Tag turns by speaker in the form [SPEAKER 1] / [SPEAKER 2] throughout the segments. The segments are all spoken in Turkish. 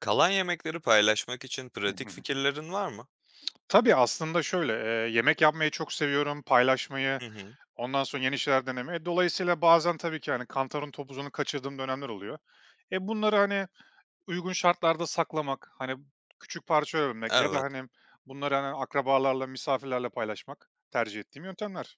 [SPEAKER 1] Kalan yemekleri paylaşmak için
[SPEAKER 2] Hı
[SPEAKER 1] pratik
[SPEAKER 2] hı.
[SPEAKER 1] fikirlerin var mı?
[SPEAKER 2] Tabii, aslında şöyle, yemek yapmayı çok seviyorum, paylaşmayı,
[SPEAKER 1] Hı hı.
[SPEAKER 2] ondan sonra yeni şeyler denemeyi. Dolayısıyla bazen tabii ki, hani, kantarın topuzunu kaçırdığım dönemler oluyor. Bunları, hani, uygun şartlarda saklamak, hani, küçük parçalara bölmek ya da,
[SPEAKER 1] Evet.
[SPEAKER 2] hani, bunları, hani, akrabalarla, misafirlerle paylaşmak tercih ettiğim yöntemler.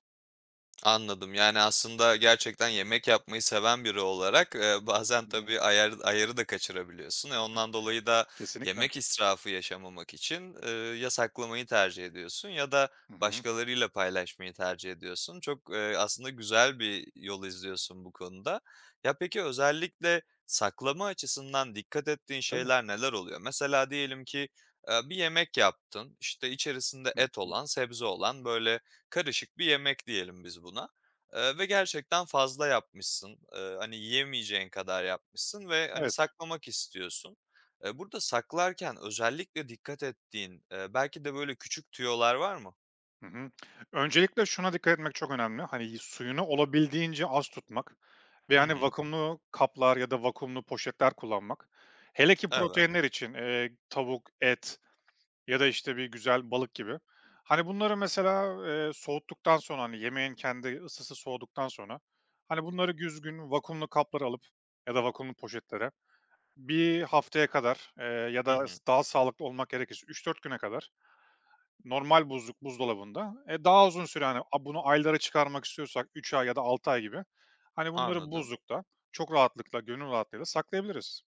[SPEAKER 1] Anladım. Yani, aslında gerçekten yemek yapmayı seven biri olarak, bazen
[SPEAKER 2] Hı hı.
[SPEAKER 1] tabii ayar ayarı da kaçırabiliyorsun. Ondan dolayı da
[SPEAKER 2] Kesinlikle.
[SPEAKER 1] yemek israfı yaşamamak için, ya saklamayı tercih ediyorsun ya da
[SPEAKER 2] Hı hı.
[SPEAKER 1] başkalarıyla paylaşmayı tercih ediyorsun. Çok, aslında güzel bir yol izliyorsun bu konuda. Ya, peki özellikle saklama açısından dikkat ettiğin
[SPEAKER 2] Tabii.
[SPEAKER 1] şeyler neler oluyor? Mesela diyelim ki, bir yemek yaptın, işte, içerisinde
[SPEAKER 2] Hı
[SPEAKER 1] et
[SPEAKER 2] hı.
[SPEAKER 1] olan, sebze olan, böyle, karışık bir yemek diyelim biz buna, ve gerçekten fazla yapmışsın. Hani, yiyemeyeceğin kadar yapmışsın ve, hani,
[SPEAKER 2] Evet.
[SPEAKER 1] saklamak istiyorsun. Burada saklarken özellikle dikkat ettiğin, belki de böyle küçük tüyolar var mı?
[SPEAKER 2] Hı hı. Öncelikle şuna dikkat etmek çok önemli, hani, suyunu olabildiğince az tutmak. Ve,
[SPEAKER 1] Hı
[SPEAKER 2] hani,
[SPEAKER 1] hı.
[SPEAKER 2] vakumlu kaplar ya da vakumlu poşetler kullanmak. Hele ki
[SPEAKER 1] Evet.
[SPEAKER 2] proteinler için, tavuk, et ya da, işte, bir güzel balık gibi. Hani, bunları mesela, soğuttuktan sonra, hani, yemeğin kendi ısısı soğuduktan sonra, hani, bunları düzgün vakumlu kaplara alıp ya da vakumlu poşetlere bir haftaya kadar, ya
[SPEAKER 1] Hı
[SPEAKER 2] da
[SPEAKER 1] hı.
[SPEAKER 2] daha sağlıklı olmak gerekirse üç dört güne kadar normal buzluk buzdolabında. Daha uzun süre hani bunu aylara çıkarmak istiyorsak 3 ay ya da 6 ay gibi, hani bunları
[SPEAKER 1] Anladım.
[SPEAKER 2] buzlukta çok rahatlıkla, gönül rahatlığıyla saklayabiliriz.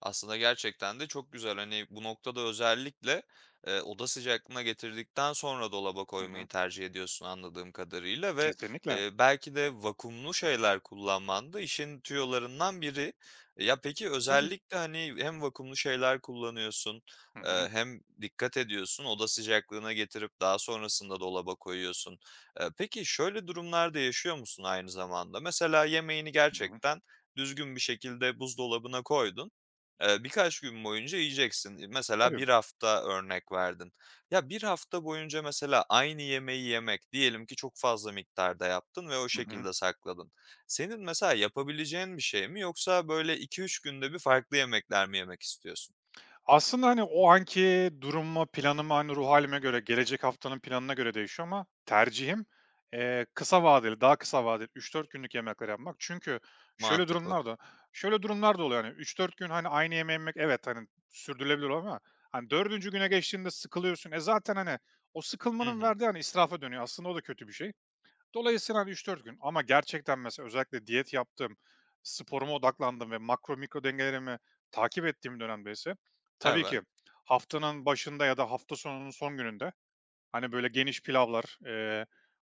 [SPEAKER 1] Aslında gerçekten de çok güzel. Hani, bu noktada özellikle, oda sıcaklığına getirdikten sonra dolaba
[SPEAKER 2] Hı
[SPEAKER 1] koymayı
[SPEAKER 2] hı.
[SPEAKER 1] tercih ediyorsun anladığım kadarıyla ve,
[SPEAKER 2] Kesinlikle.
[SPEAKER 1] belki de vakumlu şeyler kullanman da işin tüyolarından biri. Ya, peki
[SPEAKER 2] Tabii.
[SPEAKER 1] özellikle, hani, hem vakumlu şeyler kullanıyorsun,
[SPEAKER 2] Hı hı.
[SPEAKER 1] hem dikkat ediyorsun, oda sıcaklığına getirip daha sonrasında dolaba koyuyorsun. Peki şöyle durumlar da yaşıyor musun aynı zamanda? Mesela yemeğini
[SPEAKER 2] Hı hı.
[SPEAKER 1] gerçekten düzgün bir şekilde buzdolabına koydun. Birkaç gün boyunca yiyeceksin. Mesela
[SPEAKER 2] Tabii.
[SPEAKER 1] bir hafta örnek verdin. Ya, bir hafta boyunca mesela aynı yemeği yemek, diyelim ki çok fazla miktarda yaptın ve o
[SPEAKER 2] Hı hı.
[SPEAKER 1] şekilde sakladın. Senin mesela yapabileceğin bir şey mi yoksa böyle iki üç günde bir farklı yemekler mi yemek istiyorsun?
[SPEAKER 2] Aslında, hani, o anki durumuma, planıma, hani, ruh halime göre, gelecek haftanın planına göre değişiyor ama tercihim, kısa vadeli, daha kısa vadeli 3-4 günlük yemekler yapmak. Çünkü şöyle
[SPEAKER 1] Mantıklı.
[SPEAKER 2] durumlar da şöyle durumlar da oluyor, hani, 3-4 gün, hani, aynı yemeği yemek evet, hani, sürdürülebilir ama, hani, dördüncü güne geçtiğinde sıkılıyorsun. Zaten, hani, o
[SPEAKER 1] Hı
[SPEAKER 2] sıkılmanın
[SPEAKER 1] hı.
[SPEAKER 2] verdiği, hani, israfa dönüyor. Aslında o da kötü bir şey. Dolayısıyla hani üç dört gün ama gerçekten mesela özellikle diyet yaptığım, sporuma odaklandım ve makro mikro dengelerimi takip ettiğim dönemde ise tabii
[SPEAKER 1] Evet.
[SPEAKER 2] ki haftanın başında ya da hafta sonunun son gününde, hani, böyle geniş pilavlar,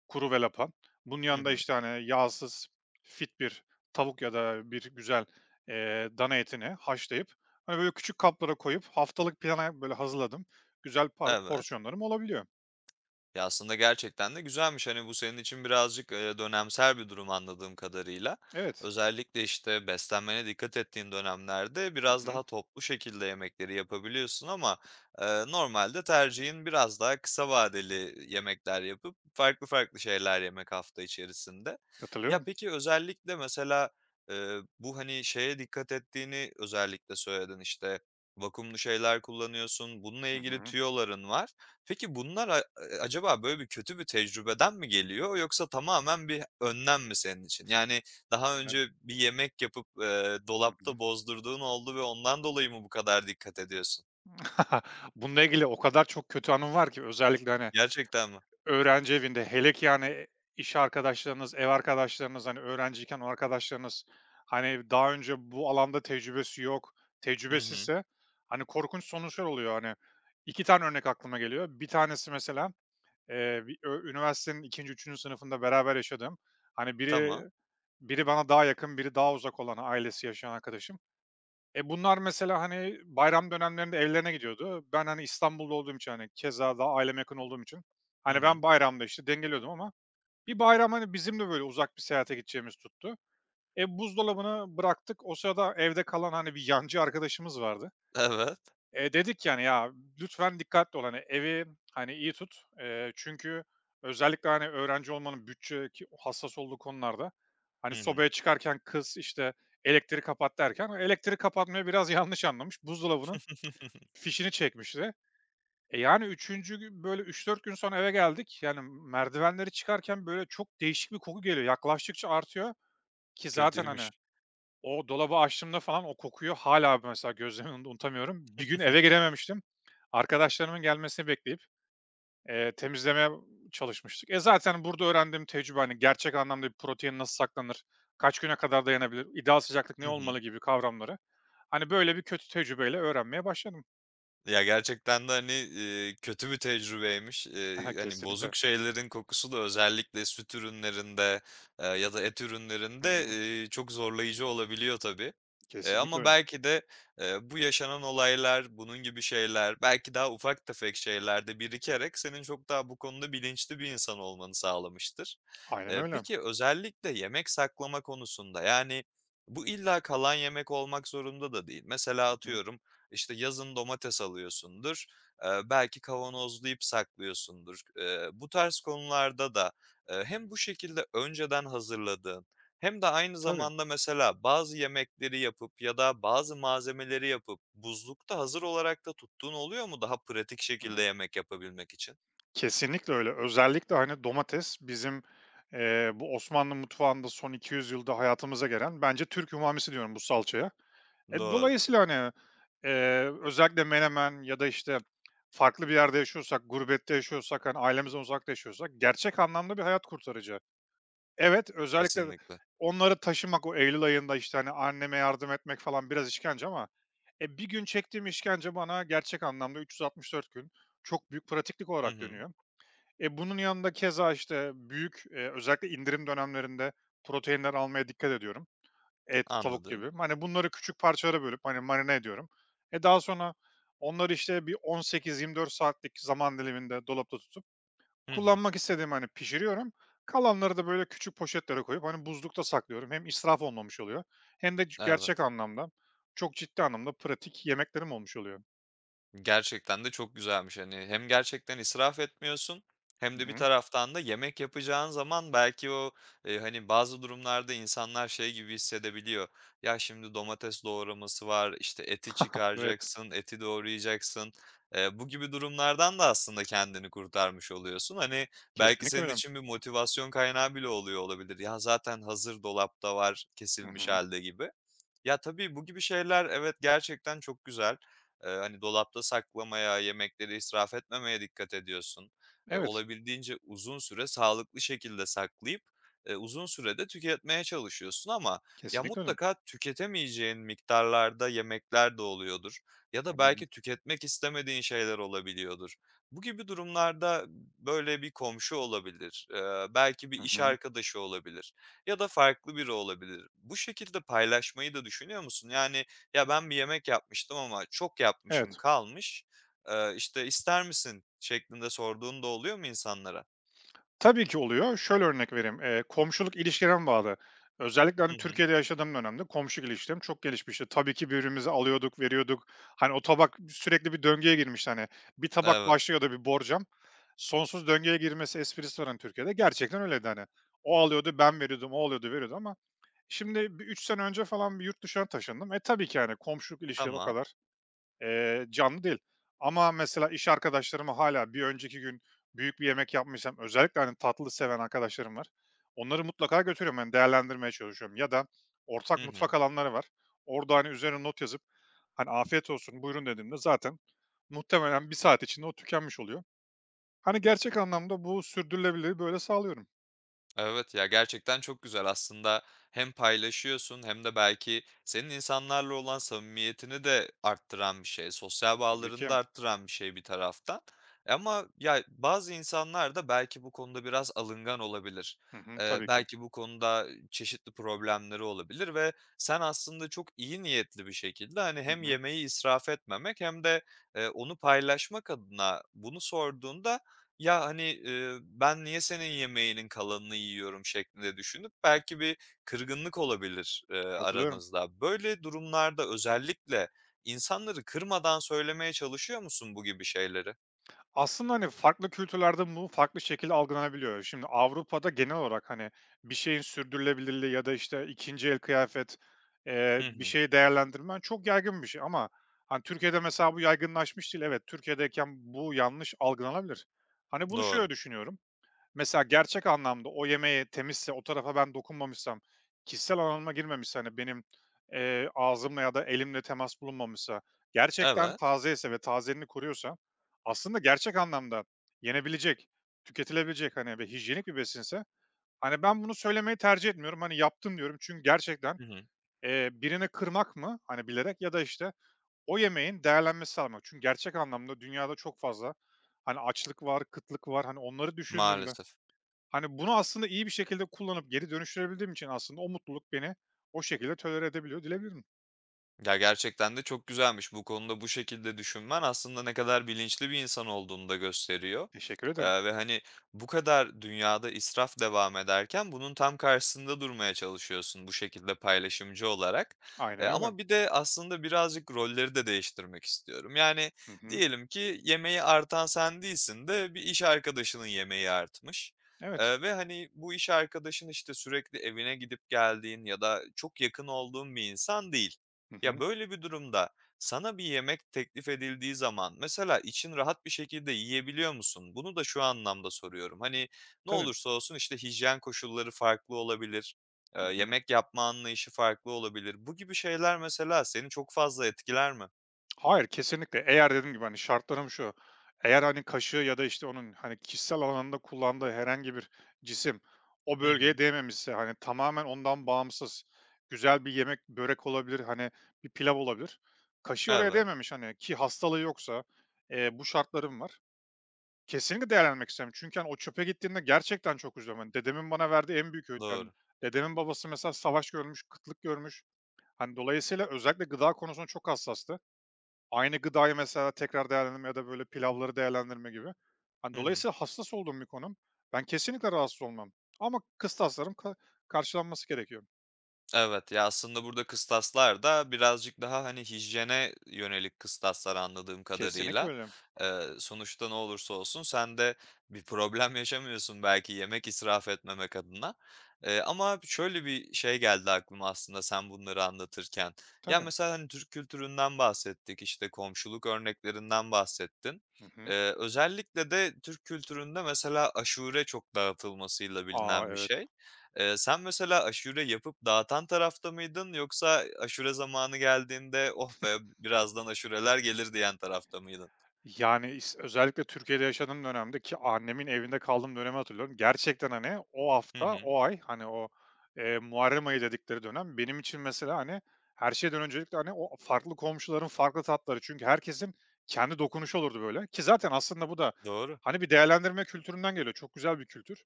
[SPEAKER 2] kuru ve lapa, bunun
[SPEAKER 1] Hı
[SPEAKER 2] yanında,
[SPEAKER 1] hı.
[SPEAKER 2] işte, hani, yağsız fit bir tavuk ya da bir güzel, dana etini haşlayıp, hani, böyle küçük kaplara koyup haftalık plana böyle hazırladım güzel
[SPEAKER 1] Evet.
[SPEAKER 2] porsiyonlarım olabiliyor.
[SPEAKER 1] Ya, aslında gerçekten de güzelmiş. Hani, bu senin için birazcık, dönemsel bir durum anladığım kadarıyla.
[SPEAKER 2] Evet.
[SPEAKER 1] Özellikle, işte, beslenmene dikkat ettiğin dönemlerde biraz
[SPEAKER 2] Hı hı.
[SPEAKER 1] daha toplu şekilde yemekleri yapabiliyorsun ama, normalde tercihin biraz daha kısa vadeli yemekler yapıp farklı farklı şeyler yemek hafta içerisinde. Ya,
[SPEAKER 2] Katılıyorum.
[SPEAKER 1] peki özellikle mesela, bu, hani, şeye dikkat ettiğini özellikle söyledin, işte, vakumlu şeyler kullanıyorsun, bununla
[SPEAKER 2] Hı
[SPEAKER 1] ilgili
[SPEAKER 2] hı.
[SPEAKER 1] tüyoların var. Peki bunlar acaba böyle bir kötü bir tecrübeden mi geliyor yoksa tamamen bir önlem mi senin için? Yani daha
[SPEAKER 2] Evet.
[SPEAKER 1] önce bir yemek yapıp,
[SPEAKER 2] Hı hı.
[SPEAKER 1] dolapta bozdurduğun oldu ve ondan dolayı mı bu kadar dikkat ediyorsun?
[SPEAKER 2] Bununla ilgili o kadar çok kötü anım var ki özellikle, hani,
[SPEAKER 1] Gerçekten mi?
[SPEAKER 2] öğrenci evinde hele ki, yani, iş arkadaşlarınız, ev arkadaşlarınız, hani, öğrenciyken o arkadaşlarınız, hani, daha önce bu alanda tecrübesi yok,
[SPEAKER 1] Hı hı.
[SPEAKER 2] tecrübesizse, hani, korkunç sonuçlar oluyor. Hani, 2 tane örnek aklıma geliyor. Bir tanesi mesela, bir üniversitenin ikinci üçüncü sınıfında beraber yaşadığım, hani,
[SPEAKER 1] Tamam.
[SPEAKER 2] biri bana daha yakın, biri daha uzak olan ailesi yaşayan arkadaşım. Bunlar mesela, hani, bayram dönemlerinde evlerine gidiyordu. Ben, hani, İstanbul'da olduğum için, hani, keza da aileme yakın olduğum için,
[SPEAKER 1] Hı
[SPEAKER 2] hani, ben
[SPEAKER 1] hı.
[SPEAKER 2] bayramda, işte, dengeliyordum ama bir bayram, hani, bizim de böyle uzak bir seyahate gideceğimiz tuttu. Buzdolabını bıraktık. O sırada evde kalan, hani, bir yancı arkadaşımız vardı.
[SPEAKER 1] Evet.
[SPEAKER 2] Dedik yani, "Ya, lütfen dikkatli ol, hani, evi, hani, iyi tut." Çünkü özellikle, hani, öğrenci olmanın bütçe ki hassas olduğu konularda, hani,
[SPEAKER 1] Hı hı.
[SPEAKER 2] sobaya çıkarken kız, işte, "Elektriği kapat." derken elektriği kapatmayı biraz yanlış anlamış. Buzdolabının fişini çekmişti. Yani üçüncü gün, böyle, üç dört gün sonra eve geldik. Yani merdivenleri çıkarken, böyle, çok değişik bir koku geliyor. Yaklaştıkça artıyor ki zaten,
[SPEAKER 1] Kötüymüş.
[SPEAKER 2] hani o dolabı açtığımda falan o kokuyu hâlâ mesela gözlerimin önünde unutamıyorum. Bir gün eve girememiştim. Arkadaşlarımın gelmesini bekleyip, temizlemeye çalışmıştık. Zaten burada öğrendiğim tecrübe, hani, gerçek anlamda bir protein nasıl saklanır, kaç güne kadar dayanabilir, ideal sıcaklık ne
[SPEAKER 1] Hı hı.
[SPEAKER 2] olmalı gibi kavramları, hani, böyle bir kötü tecrübeyle öğrenmeye başladım.
[SPEAKER 1] Ya, gerçekten de, hani, kötü bir tecrübeymiş. Eee, hani,
[SPEAKER 2] Kesinlikle.
[SPEAKER 1] bozuk şeylerin kokusu da özellikle süt ürünlerinde, ya da et
[SPEAKER 2] Hı
[SPEAKER 1] ürünlerinde,
[SPEAKER 2] hı.
[SPEAKER 1] çok zorlayıcı olabiliyor tabii. Eee,
[SPEAKER 2] Kesinlikle
[SPEAKER 1] ama
[SPEAKER 2] öyle.
[SPEAKER 1] belki de, bu yaşanan olaylar, bunun gibi şeyler, belki daha ufak tefek şeyler de birikerek senin çok daha bu konuda bilinçli bir insan olmanı sağlamıştır.
[SPEAKER 2] Aynen
[SPEAKER 1] Eee,
[SPEAKER 2] öyle.
[SPEAKER 1] peki özellikle yemek saklama konusunda, yani, bu illa kalan yemek olmak zorunda da değil. Mesela
[SPEAKER 2] Hı hı.
[SPEAKER 1] atıyorum, işte yazın domates alıyorsundur, belki kavanozlayıp saklıyorsundur. Bu tarz konularda da, hem bu şekilde önceden hazırladığın hem de aynı
[SPEAKER 2] Tabii.
[SPEAKER 1] zamanda mesela bazı yemekleri yapıp ya da bazı malzemeleri yapıp buzlukta hazır olarak da tuttuğun oluyor mu daha pratik
[SPEAKER 2] Hı
[SPEAKER 1] şekilde
[SPEAKER 2] hı.
[SPEAKER 1] yemek yapabilmek için?
[SPEAKER 2] Kesinlikle öyle. Özellikle, hani, domates bizim, bu Osmanlı mutfağında son 200 yılda hayatımıza gelen bence Türk "umamisi" diyorum bu salçaya.
[SPEAKER 1] Doğru,
[SPEAKER 2] Dolayısıyla, hani, özellikle menemen ya da, işte, farklı bir yerde yaşıyorsak, gurbette yaşıyorsak, hani, ailemizden uzakta yaşıyorsak gerçek anlamda bir hayat kurtarıcı. Evet, özellikle
[SPEAKER 1] kesinlikle.
[SPEAKER 2] onları taşımak, o eylül ayında, işte, hani, anneme yardım etmek falan biraz işkence ama, bir gün çektiğim işkence bana gerçek anlamda 364 gün çok büyük pratiklik
[SPEAKER 1] Hı
[SPEAKER 2] olarak
[SPEAKER 1] hı,
[SPEAKER 2] dönüyor. Bunun yanında keza, işte, büyük, özellikle indirim dönemlerinde proteinler almaya dikkat ediyorum. Et, tavuk
[SPEAKER 1] anladım.
[SPEAKER 2] gibi. Hani, bunları küçük parçalara bölüp, hani, marine ediyorum. Daha sonra onları, işte, bir 18-24 saatlik zaman diliminde dolapta tutup
[SPEAKER 1] Hı hı,
[SPEAKER 2] kullanmak istediğim, hani, pişiriyorum. Kalanları da, böyle, küçük poşetlere koyup, hani, buzlukta saklıyorum. Hem israf olmamış oluyor hem de gerçek
[SPEAKER 1] evet.
[SPEAKER 2] anlamda, çok ciddi anlamda pratik yemeklerim olmuş oluyor.
[SPEAKER 1] Gerçekten de çok güzelmiş. Hani, hem gerçekten israf etmiyorsun hem
[SPEAKER 2] Hı
[SPEAKER 1] de bir
[SPEAKER 2] hı.
[SPEAKER 1] taraftan da yemek yapacağın zaman belki o, hani, bazı durumlarda insanlar şey gibi hissedebiliyor. Ya, şimdi domates doğraması var, işte, eti
[SPEAKER 2] Evet,
[SPEAKER 1] çıkaracaksın, eti doğrayacaksın. Bu gibi durumlardan da aslında kendini kurtarmış oluyorsun. Hani, belki
[SPEAKER 2] kesinlikle
[SPEAKER 1] senin
[SPEAKER 2] öyle.
[SPEAKER 1] için bir motivasyon kaynağı bile oluyor olabilir. Ya, zaten hazır dolapta var
[SPEAKER 2] Hı
[SPEAKER 1] kesilmiş
[SPEAKER 2] hı.
[SPEAKER 1] hâlde gibi. Ya, tabii bu gibi şeyler evet, gerçekten çok güzel. Hani, dolapta saklamaya, yemekleri israf etmemeye dikkat ediyorsun. Eee,
[SPEAKER 2] Evet,
[SPEAKER 1] olabildiğince uzun süre sağlıklı şekilde saklayıp, uzun sürede tüketmeye çalışıyorsun ama ya,
[SPEAKER 2] kesinlikle öyle.
[SPEAKER 1] mutlaka tüketemeyeceğin miktarlarda yemekler de oluyordur ya
[SPEAKER 2] Hı
[SPEAKER 1] da
[SPEAKER 2] hı.
[SPEAKER 1] belki tüketmek istemediğin şeyler olabiliyordur. Bu gibi durumlarda, böyle, bir komşu olabilir, belki bir
[SPEAKER 2] Hı
[SPEAKER 1] iş
[SPEAKER 2] hı.
[SPEAKER 1] arkadaşı olabilir ya da farklı biri olabilir. Bu şekilde paylaşmayı da düşünüyor musun? Yani, "Ya, ben bir yemek yapmıştım ama çok yapmışım
[SPEAKER 2] Evet.
[SPEAKER 1] kalmış, işte, ister misin?" şeklinde sorduğun da oluyor mu insanlara?
[SPEAKER 2] Tabii ki oluyor. Şöyle örnek vereyim, komşuluk ilişkilerime bağlı. Özellikle,
[SPEAKER 1] Hı
[SPEAKER 2] hani,
[SPEAKER 1] hı.
[SPEAKER 2] Türkiye'de yaşadığım dönemde komşuluk ilişkilerim çok gelişmişti. Tabii ki birbirimize alıyorduk, veriyorduk. Hani, o tabak sürekli bir döngüye girmişti, hani. Bir tabak
[SPEAKER 1] Evet.
[SPEAKER 2] başlıyordu bir borcam, sonsuz döngüye girmesi esprisi var, hani, Türkiye'de. Gerçekten öyleydi, hani. O alıyordu, ben veriyordum, o alıyordu, veriyordu ama şimdi bir 3 sene önce falan bir yurt dışına taşındım. Tabii ki, yani komşuluk ilişkileri o
[SPEAKER 1] Tamam.
[SPEAKER 2] kadar canlı değil. Ama mesela iş arkadaşlarıma hala bir önceki gün büyük bir yemek yapmışsam özellikle, hani, tatlı seven arkadaşlarım var. Onları mutlaka götürüyorum, hani, değerlendirmeye çalışıyorum ya da ortak
[SPEAKER 1] Hı hı.
[SPEAKER 2] mutfak alanları var. Orada, hani, üzerine not yazıp, hani, "Afiyet olsun, buyurun." dediğimde zaten muhtemelen bir saat içinde o tükenmiş oluyor. Hani, gerçek anlamda bu sürdürülebilirliği böyle sağlıyorum.
[SPEAKER 1] Evet, ya, gerçekten çok güzel aslında hem paylaşıyorsun hem de belki senin insanlarla olan samimiyetini de arttıran bir şey, sosyal
[SPEAKER 2] Tabii
[SPEAKER 1] bağlarını da
[SPEAKER 2] ki.
[SPEAKER 1] arttıran bir şey bir taraftan. Ama ya bazı insanlar da belki bu konuda biraz alıngan olabilir.
[SPEAKER 2] Hı hı,
[SPEAKER 1] Ee,
[SPEAKER 2] tabii ki.
[SPEAKER 1] belki bu konuda çeşitli problemleri olabilir ve sen aslında çok iyi niyetli bir şekilde hani
[SPEAKER 2] Hı
[SPEAKER 1] hem
[SPEAKER 2] hı.
[SPEAKER 1] yemeği israf etmemek hem de onu paylaşmak adına bunu sorduğunda ya, hani, "Ben niye senin yemeğinin kalanını yiyorum?" şeklinde düşünüp belki bir kırgınlık olabilir,
[SPEAKER 2] Katılıyorum.
[SPEAKER 1] aranızda. Böyle durumlarda özellikle insanları kırmadan söylemeye çalışıyor musun bu gibi şeyleri?
[SPEAKER 2] Aslında, hani, farklı kültürlerde bu farklı şekilde algılanabiliyor. Şimdi Avrupa'da genel olarak, hani, bir şeyin sürdürülebilirliği ya da, işte, ikinci el kıyafet,
[SPEAKER 1] Hı
[SPEAKER 2] bir
[SPEAKER 1] hı.
[SPEAKER 2] şeyi değerlendirmen çok yaygın bir şey ama, hani, Türkiye'de mesela bu yaygınlaşmış değil. Evet, Türkiye'deyken bu yanlış algılanabilir. Hani, bunu
[SPEAKER 1] Doğru.
[SPEAKER 2] şöyle düşünüyorum. Mesela gerçek anlamda o yemeği temizse, o tarafa ben dokunmamışsam, kişisel alanıma girmemişse, hani, benim, ağzımla ya da elimle temas bulunmamışsa, gerçekten
[SPEAKER 1] Evet.
[SPEAKER 2] taze ise ve tazeliğini koruyorsa aslında gerçek anlamda yenebilecek, tüketilebilecek, hani, ve hijyenik bir besinse, hani, ben bunu söylemeyi tercih etmiyorum. Hani, yaptım diyorum çünkü gerçekten,
[SPEAKER 1] Hı hı.
[SPEAKER 2] birini kırmak mı, hani, bilerek ya da, işte, o yemeğin değerlenmesi sağlamak. Çünkü gerçek anlamda dünyada çok fazla, hani, açlık var, kıtlık var. Hani, onları düşündüğümde
[SPEAKER 1] Maalesef.
[SPEAKER 2] Hani, bunu aslında iyi bir şekilde kullanıp geri dönüştürebildiğim için aslında o mutluluk beni o şekilde tolere edebiliyor diyebilirim.
[SPEAKER 1] Ya, gerçekten de çok güzelmiş. Bu konuda bu şekilde düşünmen aslında ne kadar bilinçli bir insan olduğunu da gösteriyor.
[SPEAKER 2] Teşekkür ederim.
[SPEAKER 1] Ve, hani, bu kadar dünyada israf devam ederken bunun tam karşısında durmaya çalışıyorsun bu şekilde paylaşımcı olarak. Eee,
[SPEAKER 2] Aynen öyle.
[SPEAKER 1] ama bir de aslında birazcık rolleri de değiştirmek istiyorum. Yani,
[SPEAKER 2] Hı hı.
[SPEAKER 1] diyelim ki yemeği artan sen değilsin de bir iş arkadaşının yemeği artmış,
[SPEAKER 2] Evet.
[SPEAKER 1] ve, hani, bu iş arkadaşın, işte, sürekli evine gidip geldiğin ya da çok yakın olduğun bir insan değil.
[SPEAKER 2] Hı hı.
[SPEAKER 1] Ya, böyle bir durumda sana bir yemek teklif edildiği zaman mesela için rahat bir şekilde yiyebiliyor musun? Bunu da şu anlamda soruyorum. Hani, ne
[SPEAKER 2] Tabii.
[SPEAKER 1] olursa olsun, işte, hijyen koşulları farklı olabilir,
[SPEAKER 2] Hı hı.
[SPEAKER 1] yemek yapma anlayışı farklı olabilir. Bu gibi şeyler mesela seni çok fazla etkiler mi?
[SPEAKER 2] Hayır, kesinlikle. Eğer dediğim gibi, hani, şartlarım şu: eğer, hani, kaşığı ya da, işte, onun, hani, kişisel alanında kullandığı herhangi bir cisim o
[SPEAKER 1] Hı hı.
[SPEAKER 2] bölgeye değmemişse, hani, tamamen ondan bağımsız güzel bir yemek, börek olabilir, hani, bir pilav olabilir. Kaşığı oraya
[SPEAKER 1] Evet,
[SPEAKER 2] değmemiş, hani, ki hastalığı yoksa, bu şartlarım var. Kesinlikle değerlendirmek isterim. Çünkü, hani, o çöpe gittiğinde gerçekten çok üzülüyorum. Hani, dedemin bana verdiği en büyük öğüt. Yani,
[SPEAKER 1] doğru.
[SPEAKER 2] dedemin babası mesela savaş görmüş, kıtlık görmüş. Hani, dolayısıyla özellikle gıda konusunda çok hassastı. Aynı gıdayı mesela tekrar değerlendirme ya da böyle pilavları değerlendirme gibi. Hani,
[SPEAKER 1] Hı hı.
[SPEAKER 2] dolayısıyla hassas olduğum bir konu. Ben kesinlikle rahatsız olmam ama kıstaslarım ka karşılanması gerekiyor.
[SPEAKER 1] Evet, ya, aslında burada kıstaslar da birazcık daha, hani, hijyene yönelik kıstaslar anladığım
[SPEAKER 2] Kesinlikle
[SPEAKER 1] kadarıyla.
[SPEAKER 2] öyle.
[SPEAKER 1] Sonuçta ne olursa olsun sen de bir problem yaşamıyorsun belki yemek israf etmemek adına. Ama şöyle bir şey geldi aklıma aslında sen bunları anlatırken. Ya,
[SPEAKER 2] Tabii.
[SPEAKER 1] mesela, hani, Türk kültüründen bahsettik, işte, komşuluk örneklerinden bahsettin.
[SPEAKER 2] Hı hı.
[SPEAKER 1] Özellikle de Türk kültüründe mesela aşure çok dağıtılmasıyla
[SPEAKER 2] A,
[SPEAKER 1] bilinen bir
[SPEAKER 2] evet.
[SPEAKER 1] şey. Sen mesela aşure yapıp dağıtan tarafta mıydın yoksa aşure zamanı geldiğinde, "Oh be, birazdan aşureler gelir." diyen tarafta mıydın?
[SPEAKER 2] Yani, özellikle Türkiye'de yaşadığım dönemde ki annemin evinde kaldığım dönemi hatırlıyorum. Gerçekten, hani, o
[SPEAKER 1] Hı
[SPEAKER 2] hafta,
[SPEAKER 1] hı.
[SPEAKER 2] o ay, hani, Muharrem ayı dedikleri dönem benim için mesela, hani, her şeyden öncelikle, hani, o farklı komşuların farklı tatları çünkü herkesin kendi dokunuşu olurdu böyle ki zaten aslında bu da,
[SPEAKER 1] Doğru.
[SPEAKER 2] hani, bir değerlendirme kültüründen geliyor. Çok güzel bir kültür.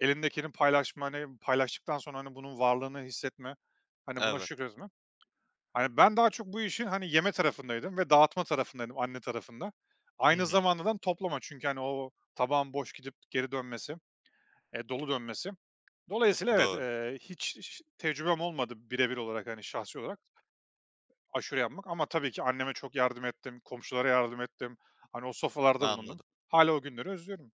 [SPEAKER 2] Elindekini paylaşma, hani, paylaştıktan sonra, hani, bunun varlığını hissetme, hani, buna
[SPEAKER 1] Evet.
[SPEAKER 2] şükretme. Hani, ben daha çok bu işin, hani, yeme tarafındaydım ve dağıtma tarafındaydım anne tarafında.
[SPEAKER 1] Hı
[SPEAKER 2] Aynı
[SPEAKER 1] hı.
[SPEAKER 2] zamanda da toplama çünkü, hani, o tabağın boş gidip geri dönmesi, dolu dönmesi. Dolayısıyla evet,
[SPEAKER 1] Doğru.
[SPEAKER 2] hiç tecrübem olmadı birebir olarak, hani, şahsi olarak aşure yapmak ama tabii ki anneme çok yardım ettim, komşulara yardım ettim. Hani, o sofralarda bulundum.
[SPEAKER 1] Anladım.
[SPEAKER 2] Hala o günleri özlüyorum.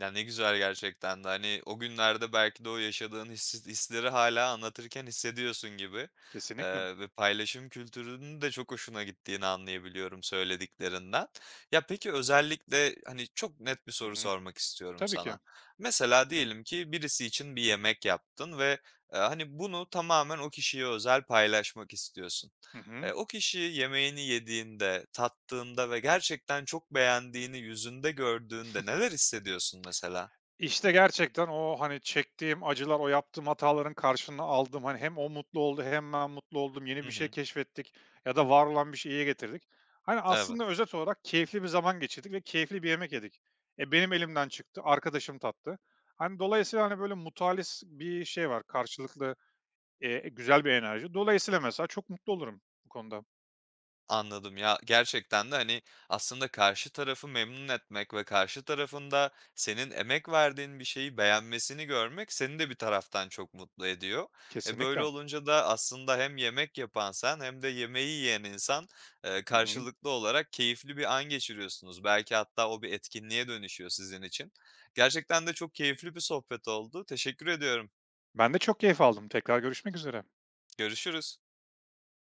[SPEAKER 1] Ya, ne güzel gerçekten de, hani, o günlerde belki de o yaşadığın hissi hisleri hala anlatırken hissediyorsun gibi,
[SPEAKER 2] Kesinlikle.
[SPEAKER 1] ve paylaşım kültürünün de çok hoşuna gittiğini anlayabiliyorum söylediklerinden. Ya, peki özellikle, hani, çok net bir
[SPEAKER 2] Hı
[SPEAKER 1] soru
[SPEAKER 2] hı.
[SPEAKER 1] sormak istiyorum
[SPEAKER 2] Tabii ki.
[SPEAKER 1] sana. Mesela diyelim ki birisi için bir yemek yaptın ve, hani, bunu tamamen o kişiye özel paylaşmak istiyorsun.
[SPEAKER 2] Hı hı.
[SPEAKER 1] O kişi yemeğini yediğinde, tattığında ve gerçekten çok beğendiğini yüzünde gördüğünde neler hissediyorsun mesela?
[SPEAKER 2] İşte, gerçekten o, hani, çektiğim acılar, o yaptığım hataların karşılığını aldım. Hani, hem o mutlu oldu hem ben mutlu oldum. Yeni
[SPEAKER 1] Hı
[SPEAKER 2] bir şey
[SPEAKER 1] hı.
[SPEAKER 2] keşfettik ya da var olan bir şeyi iyiye getirdik. Hani, aslında
[SPEAKER 1] Evet.
[SPEAKER 2] özet olarak keyifli bir zaman geçirdik ve keyifli bir yemek yedik. Benim elimden çıktı, arkadaşım tattı. Hani, dolayısıyla, hani, böyle mutualist bir şey var, karşılıklı, güzel bir enerji. Dolayısıyla mesela çok mutlu olurum bu konuda.
[SPEAKER 1] Anladım. Ya, gerçekten de, hani, aslında karşı tarafı memnun etmek ve karşı tarafında senin emek verdiğin bir şeyi beğenmesini görmek seni de bir taraftan çok mutlu ediyor. Böyle
[SPEAKER 2] Kesinlikle.
[SPEAKER 1] olunca da aslında hem yemek yapan sen hem de yemeği yiyen insan,
[SPEAKER 2] Hı hı.
[SPEAKER 1] karşılıklı olarak keyifli bir an geçiriyorsunuz. Belki hatta o bir etkinliğe dönüşüyor sizin için. Gerçekten de çok keyifli bir sohbet oldu. Teşekkür ediyorum.
[SPEAKER 2] Ben de çok keyif aldım. Tekrar görüşmek üzere.
[SPEAKER 1] Görüşürüz.